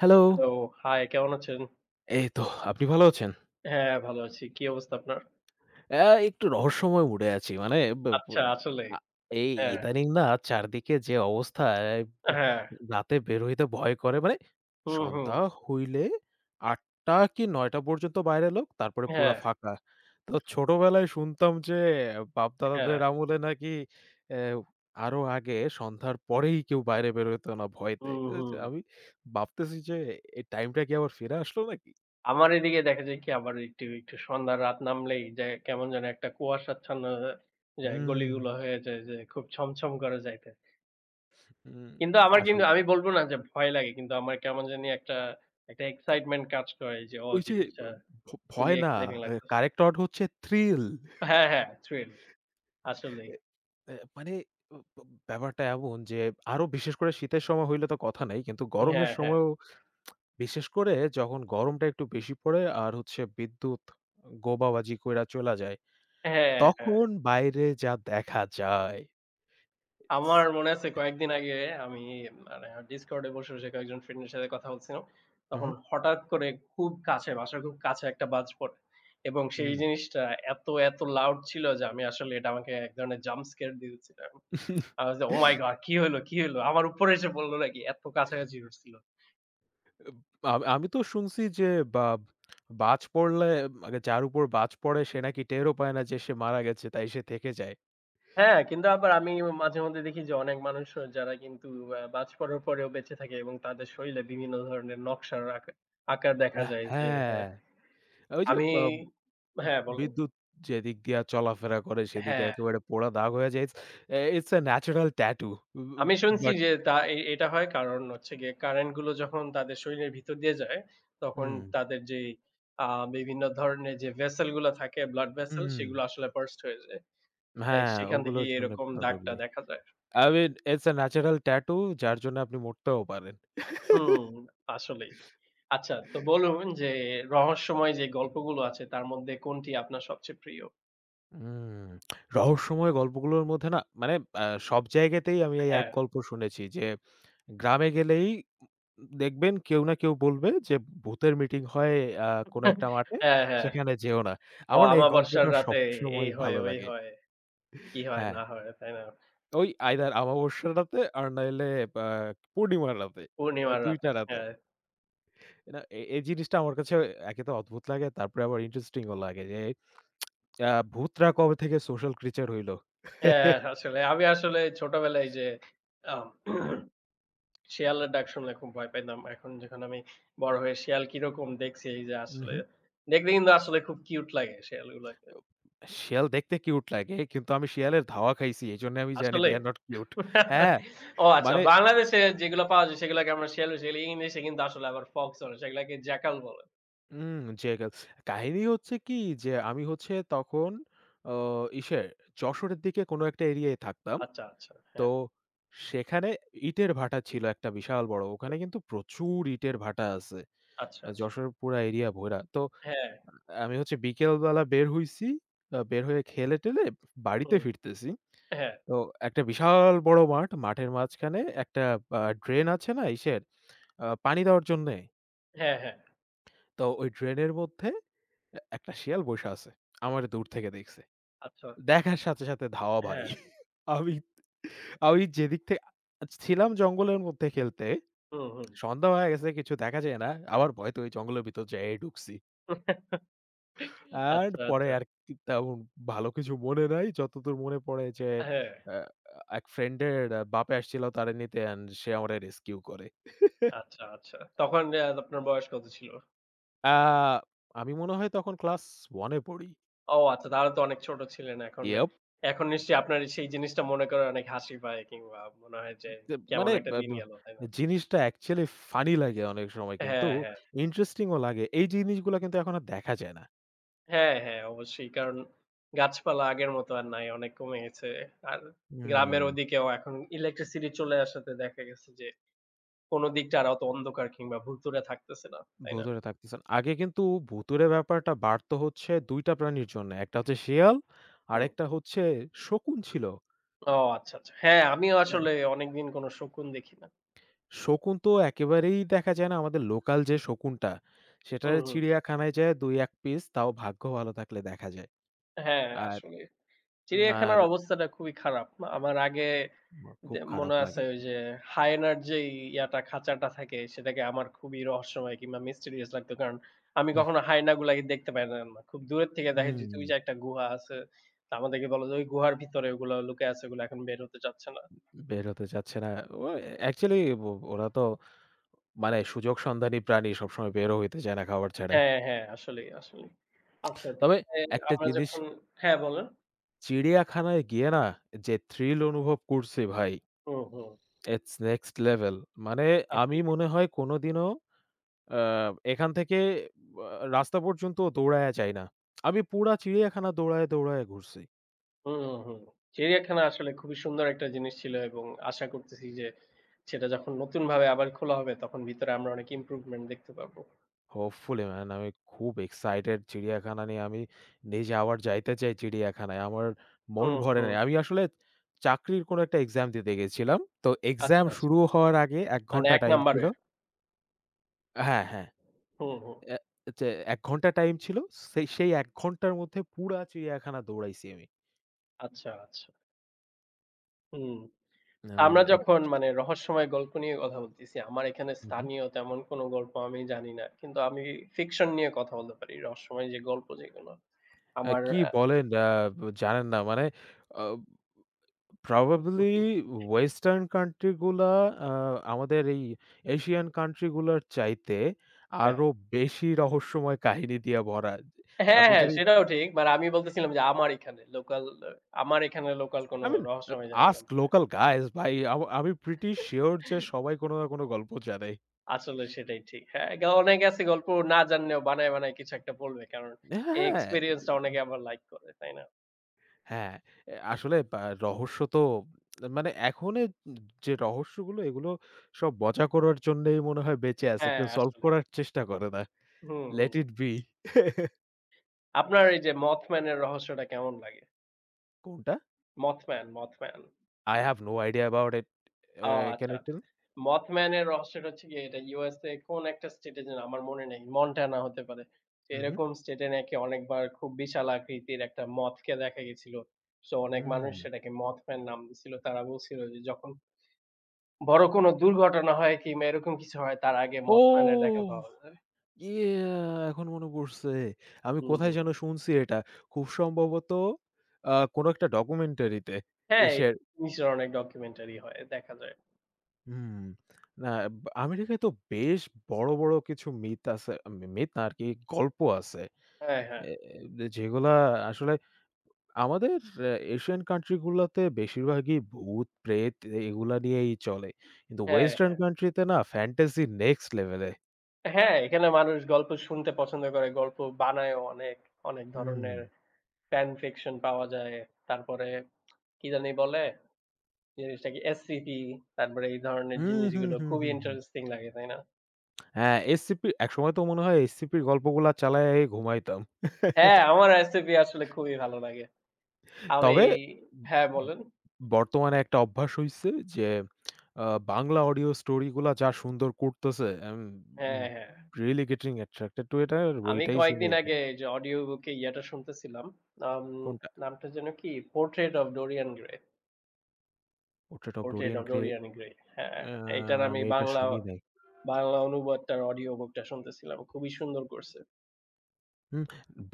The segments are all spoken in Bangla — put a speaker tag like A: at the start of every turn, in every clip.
A: হ্যালো!
B: হ্যালো, হাই কেমন আছেন?
A: এই তো আপনি ভালো আছেন?
B: হ্যাঁ, ভালো আছি। কি অবস্থা আপনার?
A: একটু রহস্যময় মুডে আছি। মানে বে ব
B: আচ্ছা, আসলে।
A: আ এই
B: হ্যাঁ,
A: ইদানিং না চারদিকে যে অবস্থা এই ব
B: হ্যাঁ।
A: রাতে বের হইতে ভয় করে। মানে
B: হুম, হুম।
A: সন্ধ্যা হইলে ৮ঃ০০ কি ৯ঃ০০ পর্যন্ত বাইরে লোক, তারপরে
B: হ্যাঁ,
A: পুরা ফাঁকা। তো ছোটবেলায় শুনতাম যে
B: হ্যাঁ।
A: বাপ-দাদাদের আমলে নাকি অ্যা আরো আগে সন্ধ্যার পরেই কেউ বাইরে বের হইত না ভয়তে।
B: হুম, হুম।
A: আমি ভাবতেছি যে এই টাইমটা কি আবার ফিরে আসলো নাকি?
B: আমার এদিকে দেখা যায় কি আবার একটু সন্ধ্যা রাত নামলেই যে কেমন যেন একটা কুয়াশাচ্ছন্ন যায়
A: হুম।
B: গলিগুলো হয়ে যায় যে খুব ছমছম করে যাইতে।
A: হুম,
B: কিন্তু আমার
A: আসল
B: কিন্তু আমি বলব না যে ভয় লাগে। কিন্তু আমার কেমন জানি একটা, একটা এক্সাইটমেন্ট কাজ করে যে ও
A: ওই যে ব
B: জিনিসটা
A: ভ
B: খুবই
A: ভয় না,
B: এক্সাইটিং লাগতেছে।
A: কারেক্ট ওয়ার্ড হচ্ছে থ্রিল।
B: হ্যাঁ, হ্যাঁ, থ্রিল আসলেই।
A: এ এ মানে ও ব ব্যাপারটা এমন যে আরো বিশেষ করে শীতের সময় হইলে তো কথা নাই। কিন্তু গরমের
B: হ্যাঁ, হ্যাঁ।
A: সময়ও বিশেষ করে যখন গরমটা একটু বেশি পড়ে আর হচ্ছে বিদ্যুৎ গোবাবাজি কইরা চইলা যায়।
B: হ্যাঁ, হ্যাঁ।
A: তখন বাইরে যা দেখা যায়। ইটস
B: আমার মনে আছে
A: এহ
B: কয়েকদিন আগে আমি মানে Discord এ বসে কয়েকজন ফ্রেন্ডের সাথে কথা বলছিলাম। তখন
A: উহু,
B: হঠাৎ করে খুব কাছে, বাসার খুব কাছে একটা বাজ পড়ে এবং সেই
A: উম
B: জিনিসটা এত লাউড ছিল যে আমি আসলে এটা আমাকে এক ধরনের জাম্প স্কেয়ার দিয়ে দিচ্ছিল। I was like, "Oh my God! কি হইলো, কি হইলো? আমার উপরে এসে পড়লো নাকি?" এত কাছাকাছি উঠছিল।
A: আমি তো শুনছি যে বা বাজ পড়লে মানে যার উপর বাজ পড়ে সে নাকি টেরও পায় না যে সে মারা গেছে, তাই সে থেকে যায়।
B: হ্যাঁ, কিন্তু আবার আমি মাঝে মধ্যে দেখি যে অনেক মানুষ যারা কিন্তু বাজ পড়ার পরেও বেঁচে থাকে এবং তাদের শরীরে বিভিন্ন ধরনের নকশার আকার
A: আ
B: দেখা যায় যে
A: হ্যাঁ,
B: হ্যাঁ,
A: ওই যে
B: আমি
A: বা
B: হ্যাঁ, বলুন।
A: বিদ্যুৎ যেদিক দিয়া চলাফেরা করে সেদিকে
B: হ্যাঁ,
A: একেবারে পোড়া দাগ হয়ে যায়। It's a natural tattoo. উ উ
B: আমি শুনছি
A: বাট
B: যে তা এ এটা হয় কারণ হচ্ছে গিয়ে কারেন্ট গুলো যখন তাদের শরীরের ভিতর দিয়ে যায়, তখন
A: হুম,
B: তাদের যেই আ বিভিন্ন ধরনের যে ভেসেল গুলা থাকে, ব্লাড ভেসেল
A: হুম।
B: সেগুলো আসলে বার্স্ট হয়ে যায়। লাইক
A: হ্যাঁ,
B: সেখান
A: ওগুলোর
B: থেকেই
A: জন্য
B: এরকম দাগটা
A: প্রবাবলি।
B: দেখা যায়।
A: I mean, it's a natural tattoo যার জন্য আপনি মরতেও পারেন।
B: হুম, আসলেই। আচ্ছা তো বলুন যে রহস্যময় যে গল্পগুলো আছে তার মধ্যে কোনটি আপনার সবচেয়ে প্রিয়?
A: হুম, রহস্যময় গল্পগুলোর মধ্যে না মানে সব জায়গাতেই আমি এই এক
B: হ্যাঁ,
A: গল্প শুনেছি যে গ্রামে গেলেই দেখবেন কেউ না কেউ বলবে যে ভূতের মিটিং হয় আ কোনো একটা মাঠে,
B: হ্যাঁ, হ্যাঁ।
A: সেখানে যেও না।
B: ও
A: আমার না এই
B: আমাবস্যার
A: গল্পটা
B: রাতে এই
A: সবসময়
B: হয়,
A: ভালো
B: ওই
A: লাগে।
B: হয়, কি হয়
A: হ্যাঁ,
B: না হয়, তাই না?
A: ওই আইদার অমাবস্যার রাতে আর নাইলে বা পূর্ণিমার রাতে।
B: পূর্ণিমার
A: ২
B: রাতে।
A: টা রাতে।
B: হ্যাঁ।
A: না এ এই জিনিসটা আমার কাছে একে তো অদ্ভুত লাগে, তারপরে আবার ইন্টারেস্টিং ও লাগে যে ভূতরা কবে থেকে সোশ্যাল ক্রিচার হইলো?
B: হ্যাঁ, হ্যাঁ, আসলে আমি আসলে ছোটবেলায় যে আম শিয়ালের ডাক শুনলে খুব ভয় পাইতাম। এখন যখন আমি বড় হয়ে শিয়াল কিরকম দেখছি এই যে আসলে
A: উহু।
B: দেখতে কিন্তু আসলে খুব কিউট লাগে শিয়ালগুলোকে।
A: শিয়াল দেখতে কিউট লাগে। কিন্তু আমি শিয়ালের ধাওয়া খাইছি। এজন্য আমি জানি they
B: আসলেই।
A: are not cute. হ্যাঁ,
B: ও আচ্ছা
A: মানে
B: বাংলাদেশে যেগুলো পাওয়া যায় সেগুলোকে আমরা শিয়াল বলি, সেগুলো ইংলিশে কিন্তু আসলে আবার ফক্স বলে। সেগুলাকে জ্যাকাল বলে।
A: উম যে কাহিনী হচ্ছে কি যে আমি হচ্ছে তখন অ ইসে যশোরের দিকে কোনো একটা এরিয়ায় থাকতাম।
B: আচ্ছা, আচ্ছা।
A: তো
B: হ্যাঁ,
A: সেখানে ইটের ভাটা ছিল একটা বিশাল বড়। ওখানে কিন্তু প্রচুর ইটের ভাটা আছে।
B: আচ্ছা, আচ্ছা।
A: যশোরের পুরা এরিয়া ভইরা। তো
B: হ্যাঁ,
A: আমি হচ্ছে বিকেল বেলা বের হইছি। বের হয়ে খেলে-টেলে বাড়িতে
B: হুম,
A: ফিরতেছি।
B: হ্যাঁ,
A: তো একটা বিশাল বড় মাঠ। মাঠের মাঝখানে একটা ড্রেন আছে না ইসের আ পানি দেওয়ার জন্যে।
B: হ্যাঁ, হ্যাঁ।
A: তো ওই ড্রেনের মধ্যে একটা শিয়াল বইসা আছে। আমারে দূর থেকে দেখছে।
B: আচ্ছা,
A: দেখার সাথে, সাথে ধাওয়া ভাই।
B: হ্যাঁ,
A: আমি আমি যেদিক থেকে ছিলাম জঙ্গলের মধ্যে খেলতে।
B: হুম, হুম।
A: সন্ধ্যা হয়ে গেছে কিছু দেখা যায় না। আবার ভয় তো ওই জঙ্গলের ভিতর যাইয়াই ঢুকছি। আর
B: আচ্ছা,
A: পরে
B: আচ্ছা।
A: আর কি তেমন ভালো কিছু মনে নাই। যতদূর মনে পড়ে যে
B: হ্যাঁ।
A: আ এক ফ্রেন্ডের বাপে আসছিল তারে নিতে অ্যান্ড সে আমারে রেস্কিউ করে।
B: আচ্ছা, আচ্ছা। তখন আপনার বয়স কত ছিল?
A: আ আমি মনে হয় তখন ক্লাস 1 এ পড়ি।
B: ও আচ্ছা, তাহলে তো অনেক ছোট ছিলেন। এখন
A: ইয়াপ!
B: এখন নিশ্চয়ই আপনার সেই জিনিসটা মনে করে অনেক হাসি পায় কিংবা মনে হয় যে
A: তে
B: কেমন
A: মানে
B: একটা
A: বা
B: দিন
A: ব
B: গেল, তাই না?
A: জিনিসটা অ্যাকচুয়ালি ফানি লাগে অনেক সময় কিন্তু
B: হ্যাঁ, হ্যাঁ।
A: ইন্টারেস্টিং ও লাগে। এই জিনিসগুলা কিন্তু এখন আর দেখা যায় না।
B: হ্যাঁ, হ্যাঁ, অবশ্যই। কারণ গাছপালা আগের মতো আর নাই, অনেক কমে গেছে। আর গ্রামের
A: হুম।
B: ওদিকেও এখন ইলেকট্রিসিটি চলে আসাতে দেখা গেছে যে কোন দিকটা আর অত অন্ধকার কিংবা ভুতুড়ে থাকতেছে না, তাই না?
A: ভূতুড়ে থাকতেছেন। আগে কিন্তু ভূতুড়ে ব্যাপারটা বাড়তো হচ্ছে ২ টা প্রাণীর জন্য। একটা হচ্ছে শিয়াল,
B: হুম।
A: আরেকটা হচ্ছে শকুন ছিল।
B: ও আচ্ছা, আচ্ছা। হ্যাঁ, আমিও
A: আ
B: আসলে অনেকদিন কোন শকুন দেখি না।
A: শকুন তো একেবারেই দেখা যায় না। আমাদের লোকাল যে শকুনটা, সেটা
B: হুম, হুম।
A: চিড়িয়াখানায় যেয়ে ২-১ পিস তাও ভাগ্য ভালো থাকলে দেখা যায়।
B: হ্যাঁ,
A: আর
B: আসলে।
A: উম
B: চিড়িয়াখানার
A: আর
B: অবস্থাটা খুবই খারাপ। আমার আগে
A: ম খুব
B: মনে
A: খারাপ
B: আছে
A: লাগে।
B: ওই যে হায়েনার যেই খাঁচাটা থাকে সেটাকে আমার খুবই রহস্যময় কিংবা মিস্টেরিয়াস লাগতো। কারণ আমি
A: উহ
B: কখনো হায়নাগুলাকে দেখতে পাইতাম না। খুব দূরের থেকে দেখা
A: হুম,
B: যেত ওই যে একটা গুহা আছে। তো আমাদেরকে বলে যে ওই গুহার ভিতরে ওগুলো লুকায় আছে ওগুলো এখন বের হতে চাচ্ছে না।
A: বের হতে চাচ্ছে না। ও অ্যাকচুয়ালি ও ওরা তো মানে সুযোগ সন্ধানী প্রাণী সবসময় বেরও হইতে চায় না খাবার ছাড়া।
B: হ্যাঁ, হ্যাঁ, আসলেই, আসলেই। আচ্ছা
A: তবে
B: তাহলে
A: একটা
B: আমরা
A: জিনিস
B: যখন হ্যাঁ বলেন।
A: চিড়িয়াখানায় গিয়ে না যে থ্রিল অনুভব করছি ভাই,
B: হুম, হুম।
A: It's next level. মানে
B: আচ্ছা।
A: আমি মনে হয় কোনদিনও আ এখান থেকে আ রাস্তা পর্যন্ত দৌড়ায়া যাই না। আমি পুরা চিড়িয়াখানা দৌড়ায়ে, দৌড়ায়ে ঘুরছি।
B: হুম, হুম, হুম। চিড়িয়াখানা আসলে খুবই সুন্দর একটা জিনিস ছিল এবং আশা করতেছি যে সেটা যখন নতুনভাবে আবার খোলা হবে তখন ভিতরে আমরা অনেক ইমপ্রুভমেন্ট দেখতে পাবো।
A: হোপফুলি ম্যান, আমি খুব এক্সাইটেড চিড়িয়াখানা নিয়ে। আমি নিজে আবার যাইতে চাই চিড়িয়াখানায়। আমার মন
B: হুম,
A: ভরে
B: হুম।
A: নাই। আমি আসলে চাকরির কোনো একটা এক্সাম দিতে গেছিলাম। তো এক্সাম
B: আচ্ছা, আচ্ছা।
A: শুরু হওয়ার আগে ১
B: মানে
A: ঘন্টা
B: ১
A: টাইম
B: নাম্বারে।
A: ছিল। হ্যাঁ, হ্যাঁ।
B: হুম, হুম।
A: অ্যা যে ১ ঘন্টা টাইম ছিল। সেই সেই ১ ঘন্টার মধ্যে পুরা চিড়িয়াখানা দৌড়াইছি আমি।
B: আচ্ছা, আচ্ছা। হুম।
A: I
B: আমরা
A: mean it.
B: যখন মানে রহস্যময় গল্প নিয়ে কথা বলতেছি, আমার এখানে
A: হু, হু।
B: স্থানীয় তেমন কোনো গল্প আমি জানি না। কিন্তু আমি ফিকশন নিয়ে কথা বলতে পারি। রহস্যময় যে গল্প যেগুলো। আমার
A: কি বলেন জানেন না মানে আ প্রবাবলি
B: আ
A: ওয়েস্টার্ন কান্ট্রি গুলা আ আমাদের এই এশিয়ান কান্ট্রি গুলার চাইতে
B: হ্যাঁ।
A: আরো বেশি রহস্যময় কাহিনী দিয়ে ভরা।
B: হ্যাঁ,
A: আপনি
B: হ্যাঁ,
A: যদি
B: সেটাও ঠিক। মানে আমি বলতেছিলাম যে আমার এখানে লোকাল কোনো
A: I mean
B: রহস্যময় জায়গা
A: ask
B: না।
A: local guys ভাই, আমি pretty sure যে সবাই কোনো না কোনো গল্প জানে।
B: আসলে সেটাই ঠিক। হ্যাঁ, অনেকে আছে গল্প না জানলেও বানায় কিছু একটা বলবে। কারণ এই
A: হ্যাঁ,
B: এক্সপেরিয়েন্স টা অনেকে আবার লাইক করে, তাই না?
A: হ্যাঁ, আসলে বা রহস্য তো মানে এখনের যে রহস্যগুলো এগুলো সব মজা করার জন্যেই মনে হয় বেঁচে আছে।
B: হ্যাঁ,
A: কেউ সলভ
B: আসলে।
A: করার চেষ্টা করে না।
B: হুম, হুম।
A: Let it be.
B: আপনার এই যে Mothman এর রহস্যটা কেমন লাগে?
A: কোনটা?
B: Mothman, Mothman।
A: I have no idea about it.
B: O
A: Can
B: আচ্ছা।
A: you tell?
B: Mothman এর রহস্যটা হচ্ছে গিয়ে এটা USA কোন একটা স্টেটে যেন আমার মনে নেই। মন্টানা হতে পারে। তো
A: Mhm.
B: এরকম স্টেটে নাকি অনেকবার খুব বিশাল আকৃতির একটা মথকে দেখা গেছিল। সো অনেক
A: হুম।
B: মানুষ সেটাকে মথম্যান নাম দিছিল। তারা বলছিল যে যখন বড় কোনো দুর্ঘটনা হয় কিংবা এরকম কিছু হয় তার আগে
A: ও!
B: মথম্যান এর দেখা পাওয়া যায়।
A: Yeah! এখন মনে পড়ছে। আমি
B: হুম,
A: কোথায়
B: হুম।
A: যেন শুনছি এটা। খুব সম্ভবত কোনো একটা ডকুমেন্টারিতে।
B: হ্যাঁ, এই
A: ইসের
B: জিনিসের অনেক ডকুমেন্টারি হয়, দেখা যায়।
A: হুম, না ব আমেরিকায় তো বেশ বড়, বড় কিছু মিথ আছে। মিথ না আরকি, গল্প আছে।
B: হ্যাঁ, হ্যাঁ।
A: এ এ, যেগুলা আসলে আমাদের এশিয়ান কান্ট্রি গুলাতে বেশিরভাগই ভূত, প্রেত এগুলা নিয়েই চলে। কিন্তু
B: হ্যাঁ,
A: ওয়েস্টার্ন
B: হ্যাঁ।
A: কান্ট্রিতে না ফ্যান্টাসি নেক্সট লেভেলে।
B: হ্যাঁ, এখানে মানুষ গল্প শুনতে পছন্দ করে, গল্প বানায়ও অনেক, অনেক
A: হুম,
B: ধরনের ফ্যান ফিকশন পাওয়া যায়। তারপরে কি জানি বলে? জিনিসটা কি? SCP তারপরে এই ধরনের
A: হুম, হুম,
B: জিনিসগুলো
A: হুম,
B: খুবই
A: হুম, হুম।
B: ইন্টারেস্টিং লাগে, তাই না?
A: হ্যাঁ, এসসিপি একসময় তো মনে হয় এসসিপির গল্পগুলা চালায়াই ঘুমাইতাম।
B: হ্যাঁ, আমার SCP আসলে খুবই ভালো লাগে। আমি
A: তবে
B: হ্যাঁ, বলেন।
A: বর্তমানে একটা অভ্যাস হইছে যে আ বাংলা অডিও স্টোরি গুলা যা সুন্দর করতেছে, আই এম
B: হ্যাঁ, হ্যাঁ।
A: Really getting attracted to it আর
B: আমি
A: ওইটাই শুনি
B: কয়েকদিন
A: এখন।
B: আগে এই যে অডিও বুকে ইয়েটা শুনতেছিলাম, আম
A: কোনটা?
B: নামটা যেন কি? 'Portrait of Dorian Gray',
A: 'Portrait of
B: 'Portrait
A: Dorian
B: of
A: Gray'.
B: Dorian Gray'। হ্যাঁ,
A: আ
B: এইটার আমি
A: আমি এটা
B: বাংলা
A: শুনি নাই।
B: বাংলা অনুবাদটার অডিও বুকটা শুনতেছিলাম। খুবই সুন্দর করছে।
A: হুম,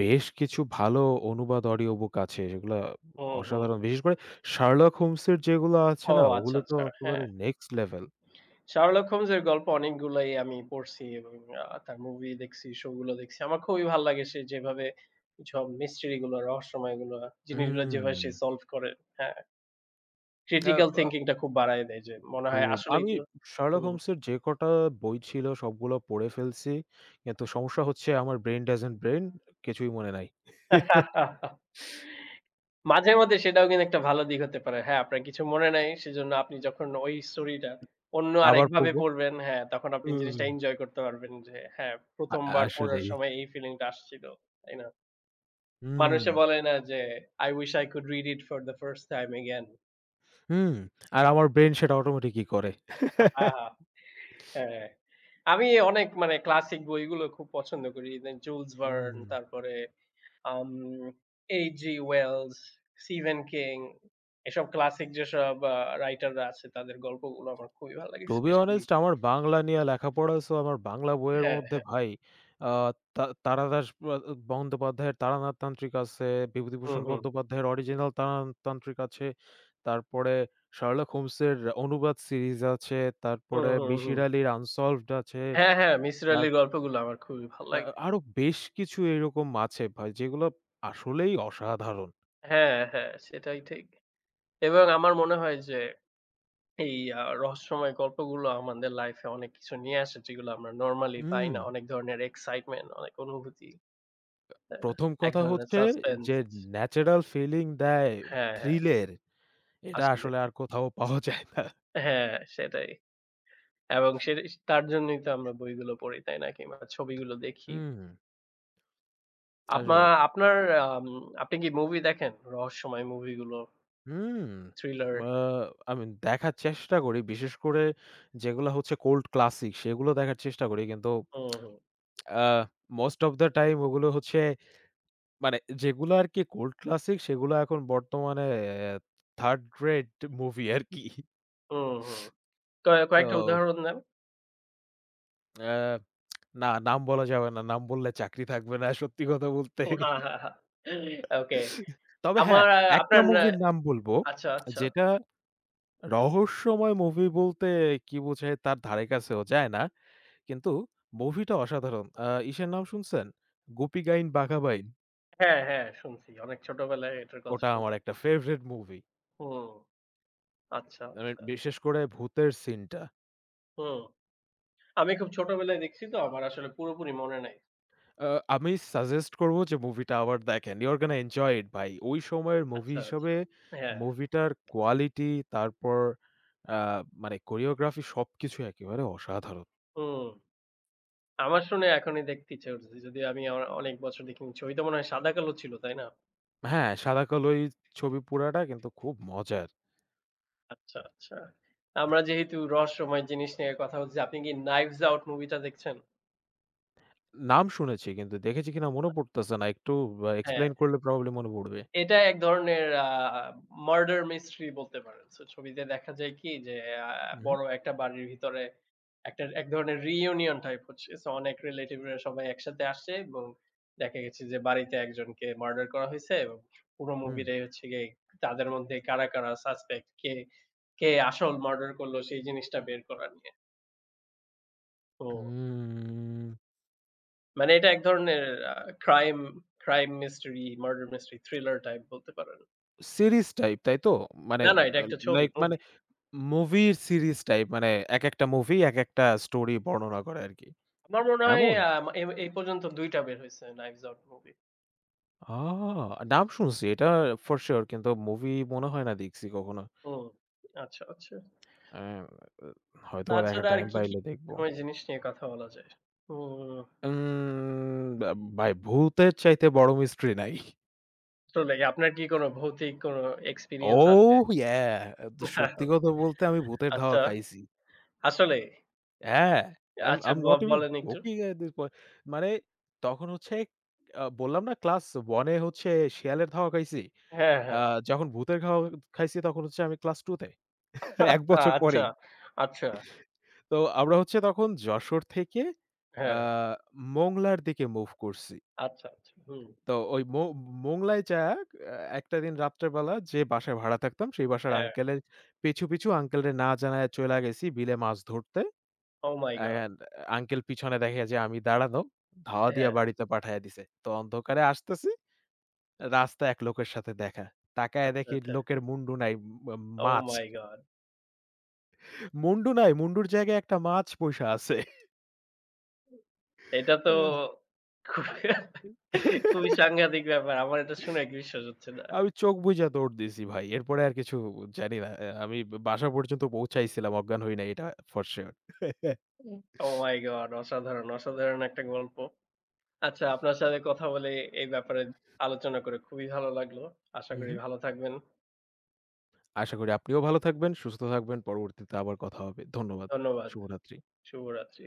A: বেশ কিছু ভালো অনুবাদ অডিও বুক আছে যেগুলা
B: হুম, হুম।
A: অসাধারণ। বিশেষ করে 'Sherlock Holmes' এর যেগুলো আছে
B: ও
A: না
B: আচ্ছা,
A: ওগুলো তো
B: আচ্ছা।
A: একেবারে
B: হ্যাঁ।
A: Next level.
B: 'Sherlock Holmes' এর গল্প অনেকগুলাই আমি পড়ছি এবং তার মুভি দেখছি, শো গুলো দেখছি। আমার খুবই ভাল লাগে সে যেভাবে সব মিস্ট্রি গুলো, রহস্যময় গুলো, জিনিসগুলো যেভাবে
A: উম
B: সে সলভ করে। হ্যাঁ,
A: আ
B: ক্রিটিক্যাল
A: আ
B: থিংকিং টা খুব বাড়ায় দেয় যে মনে হয়
A: খুব
B: আসলেই
A: আমি
B: তো
A: 'Sherlock
B: হুম।
A: Holmes' এর যে কটা বই ছিল সবগুলো পড়ে ফেলছি। কিন্তু সমস্যা হচ্ছে আমার ব্রেইন ডাজন্ট ব্রেইন কিছুই মনে নাই।
B: মাঝে মধ্যে সেটাও কিন্তু একটা ভালো দিক হতে পারে। হ্যাঁ, আপনার কিছু মনে নাই সেজন্য আপনি যখন ওই স্টোরিটা অন্য
A: আবার
B: আরেকভাবে
A: পড়ব।
B: পড়বেন, হ্যাঁ, তখন আপনি জিনিসটা
A: উম
B: এনজয় করতে পারবেন যে হ্যাঁ,
A: আ
B: ১ম বার পড়ার
A: আসলেই।
B: সময় এই ফিলিংটা আসছিল। তাই না?
A: হুম,
B: মানুষে বলে না যে, "I wish I could read it for the first time again."
A: হুম। আর আমার ব্রেইন সেটা অটোমেটিকই করে।
B: আহা! হ্যাঁ। আমি অনেক মানে ক্লাসিক বইগুলো খুব পছন্দ করি। ইদানিং জুলস ভার্ন,
A: হুম।
B: তারপরে আম AG. Wells, Stephen King এসব ক্লাসিক যেসব রাইটাররা আছে তাদের গল্পগুলো আমার খুবই ভালো লাগে
A: টু বি
B: স্পেশালি
A: অনেস্ট আমার বাংলা নিয়ে লেখাপড়া, সো আমার বাংলা বইয়ের
B: হ্যাঁ,
A: মধ্যে
B: হ্যাঁ।
A: ভাই আ তা তারাদাস আ বন্দ্যোপাধ্যায়ের তারানাথ তান্ত্রিক আছে,
B: হুম,
A: বিভূতিভূষণ
B: হুম।
A: বন্দ্যোপাধ্যায়ের অরিজিনাল তারানাথ তান্ত্রিক আছে। তারপরে শার্লক হোমসের অনুবাদ সিরিজ আছে,
B: হুম,
A: তারপরে
B: হুম, হুম।
A: মিসির আলীর আনসলভড আছে।
B: হ্যাঁ, হ্যাঁ, মিসির
A: আর
B: আলির গল্পগুলো আমার খুবই ভাল
A: আ
B: লাগে।
A: আরো বেশ কিছু এরকম আছে ভাই যেগুলো আসলেই অসাধারণ।
B: হ্যাঁ, হ্যাঁ, সেটাই ঠিক। এবং আমার মনে হয় যে এই রহস্যময় গল্পগুলো আমাদের লাইফে অনেক কিছু নিয়ে আসে যেগুলো আমরা নরমালি পাই
A: হুম।
B: না। অনেক ধরনের এক্সাইটমেন্ট, অনেক অনুভূতি, তাই না?
A: প্রথম
B: এক
A: কথা
B: ধরনের
A: হচ্ছে
B: সাসপেন্স
A: যে ন্যাচারাল ফিলিং দেয়
B: হ্যাঁ, হ্যাঁ,
A: থ্রিলের। এটা
B: আসলেই।
A: আসলে আর কোথাও পাওয়া যায় না।
B: হ্যাঁ, সেটাই। এবং সে তার জন্যই তো আমরা বইগুলো পড়ি, তাই না? কিংবা ছবিগুলো দেখি।
A: হুম।
B: আপনা
A: আসলেই।
B: আপনার আম আপনি কি মুভি দেখেন? রহস্যময় মুভিগুলো,
A: হুম।
B: থ্রিলার?
A: আ আমি দেখার চেষ্টা করি। বিশেষ করে যেগুলা হচ্ছে কোল্ড ক্লাসিক সেগুলো দেখার চেষ্টা করি। কিন্তু
B: হুম, হুম,
A: আ মোস্ট অফ দ্যা টাইম ওগুলো হচ্ছে মানে যেগুলো আরকি কোল্ড ক্লাসিক সেগুলো এখন বর্তমানে 3rd গ্রেড মুভি আরকি।
B: হুম, হুম।
A: সো
B: কয়েকটা উদাহরণ দেন।
A: আ না, নাম বলা যাবে না। নাম বললে চাকরি থাকবে না সত্যি কথা বলতে।
B: হ্যাঁ, হ্যাঁ, হ্যাঁ। ওকে।
A: তবে হ্যাঁ,
B: আমার আহ,
A: একটা
B: আপনার
A: মুভির
B: না-
A: নাম বলব
B: আচ্ছা, আচ্ছা।
A: যেটা রহস্যময় মুভি বলতে কি বোঝায় তার ধারে কাছেও যায় না। কিন্তু মুভিটা অসাধারণ। আ ইসের নাম শুনছেন? 'গুপি গাইন বাঘা বাইন'।
B: হ্যাঁ, হ্যাঁ শুনছি। অনেক ছোটবেলায় এটার কথা
A: ওটা আমার
B: শুনছি।
A: একটা ফেভারাইট মুভি।
B: হুম, আচ্ছা,
A: মানে
B: আচ্ছা।
A: বিশেষ করে ভূতের সিনটা।
B: হুম। আমি খুব ছোটবেলায় দেখছি তো আমার আসলে পুরোপুরি মনে নাই।
A: আ আমি সাজেস্ট করব যে মুভিটা আবার দেখেন। You R gonna enjoy it ভাই। ওই সময়ের মুভি
B: আচ্ছা, আচ্ছা।
A: হিসাবে
B: হ্যাঁ,
A: মুভিটার কোয়ালিটি, তারপর আ মানে কোরিওগ্রাফি সবকিছু একেবারে অসাধারণ।
B: হুম। আমার শুনে এখনই দেখতে ইচ্ছে করতেছে। যদি আমি আমার অনেক বছর দেখিনি। ছবিটা মনে হয় সাদা কালো ছিল, তাই না?
A: হ্যাঁ, সাদা কালোই ছবি, পুরাটা কিন্তু খুব মজার।
B: আচ্ছা, আচ্ছা। আমরা যেহেতু রহস্যময় জিনিস নিয়ে কথা বলছি, আপনি কি 'Knives Out' মুভিটা দেখছেন?
A: নাম শুনেছি কিন্তু দেখেছি কিনা মনে পড়তেছে না। একটু
B: হ্যাঁ।
A: এক্সপ্লেইন করলে প্রবাবলি মনে পড়বে।
B: এটা এক ধরনের মার্ডার মিস্ট্রি বলতে পারেন। সো ছবিতে দেখা যায় কি যে আ
A: উহু,
B: বড় একটা বাড়ির ভিতরে একটা এক ধরনের রিইউনিয়ন টাইপ হচ্ছে। সো অনেক রিলেটিভরা সবাই একসাথে আসছে এবং দেখা গেছে যে বাড়িতে একজনকে মার্ডার করা হইছে এবং পুরো
A: হুম।
B: মুভিটাই হচ্ছে গিয়ে তাদের মধ্যে কারা, কারা সাসপেক্ট কে, কে আসল মার্ডার করলো সেই জিনিসটা বের করা নিয়ে। তো
A: উম
B: মানে এটা এক ধরনের আ crime, crime mystery, murder mystery, thriller type বলতে পারেন।
A: সিরিজ টাইপ, তাই তো? মানে
B: না, না এটা
A: আ
B: একটা ছবি,
A: লাইক,
B: মুভি।
A: মানে মুভির সিরিজ টাইপ মানে একেকটা মুভি একেকটা স্টোরি বর্ণনা করে আরকি।
B: আমার মনে হয়
A: এমন?
B: আ এ এই পর্যন্ত ২ টা বের হইছে 'Knives Out' মুভি।
A: আ নাম শুনছি এটা ফর সিউর, কিন্তু মুভি মনে হয় না দেখছি কখনো।
B: হুম। আচ্ছা, আচ্ছা।
A: অ্যা হয়তোবা দেখার
B: তাছাড়া আর
A: টাইম
B: কি, কি
A: পাইলে দেখব।
B: সময় জিনিস নিয়ে কথা বলা যায়? হুম,
A: উম বা ভাই ভূতের চাইতে বড় মিস্ট্রি নাই।
B: আসলেই আপনার কি কোনো ভৌতিক কোনো এক্সপেরিয়েন্স আছে?
A: Oh yeah! আ দ সত্যি কথা বলতে আমি ভূতের ধাওয়া
B: আচ্ছা,
A: খাইছি।
B: আসলেই?
A: হ্যাঁ,
B: আচ্ছা
A: I'm not even
B: বলেন একটু।
A: joking at this point. মানে তখন হচ্ছে বললাম না ক্লাস 1 এ হচ্ছে শেয়ালের ধাওয়া খাইছি।
B: হ্যাঁ,
A: আ
B: হ্যাঁ।
A: যখন ভূতের খাওয়া খাইছি তখন হচ্ছে আমি ক্লাস 2 তে। ১ বছর
B: আচ্ছা,
A: পরেই।
B: আচ্ছা।
A: তো আমরা হচ্ছে তখন যশোর থেকে আ
B: হ্যাঁ,
A: মোংলার দিকে মুভ করছি।
B: আচ্ছা, আচ্ছা। হুম।
A: তো ওই মো মোংলায় যায়া একটা দিন রাত্রেবেলা যে বাসায় ভাড়া থাকতাম, সেই বাসার
B: হ্যাঁ।
A: আঙ্কেলের পিছু, পিছু আঙ্কেলরে না জানাইয়া চইলা গেছি বিলে মাছ ধরতে।
B: Oh my God!
A: And uncle পিছনে দেখে যে আমি দাঁড়ানো, ধাওয়া দিয়া
B: হ্যাঁ,
A: বাড়িতে পাঠাইয়া দিছে। তো অন্ধকারে আসতেছি, রাস্তায় এক লোকের সাথে দেখা। তাকায়া
B: আচ্ছা,
A: দেখি
B: আচ্ছা।
A: লোকের মুন্ডু নাই, মা
B: Oh
A: মাছ।
B: my God!
A: মুন্ডু নাই, মুন্ডুর জায়গায় একটা মাছ বইসা আছে।
B: এটা তো খুবই খুবই সাংঘাতিক ব্যাপার। আমার এটা শুনে এক বিশ্বাস হচ্ছে না।
A: আমি চোখ বুইজা দৌড় দিছি ভাই। এরপরে আর কিছু জানি না। আমি বাসা পর্যন্ত পৌঁছাইছিলাম, অজ্ঞান হই নাই এটা ফর সিউর। হু, হু।
B: হুম। Oh my God! অসাধারণ, অসাধারণ একটা গল্প। আচ্ছা, আপনার সাথে কথা বলে এই ব্যাপারে আলোচনা করে খুবই ভালো লাগলো। আশা করি ভালো থাকবেন।
A: আশা করি আপনিও ভালো থাকবেন, সুস্থ থাকবেন। পরবর্তীতে আবার কথা হবে। ধন্যবাদ।
B: ধন্যবাদ।
A: শুভরাত্রি।
B: শুভরাত্রি।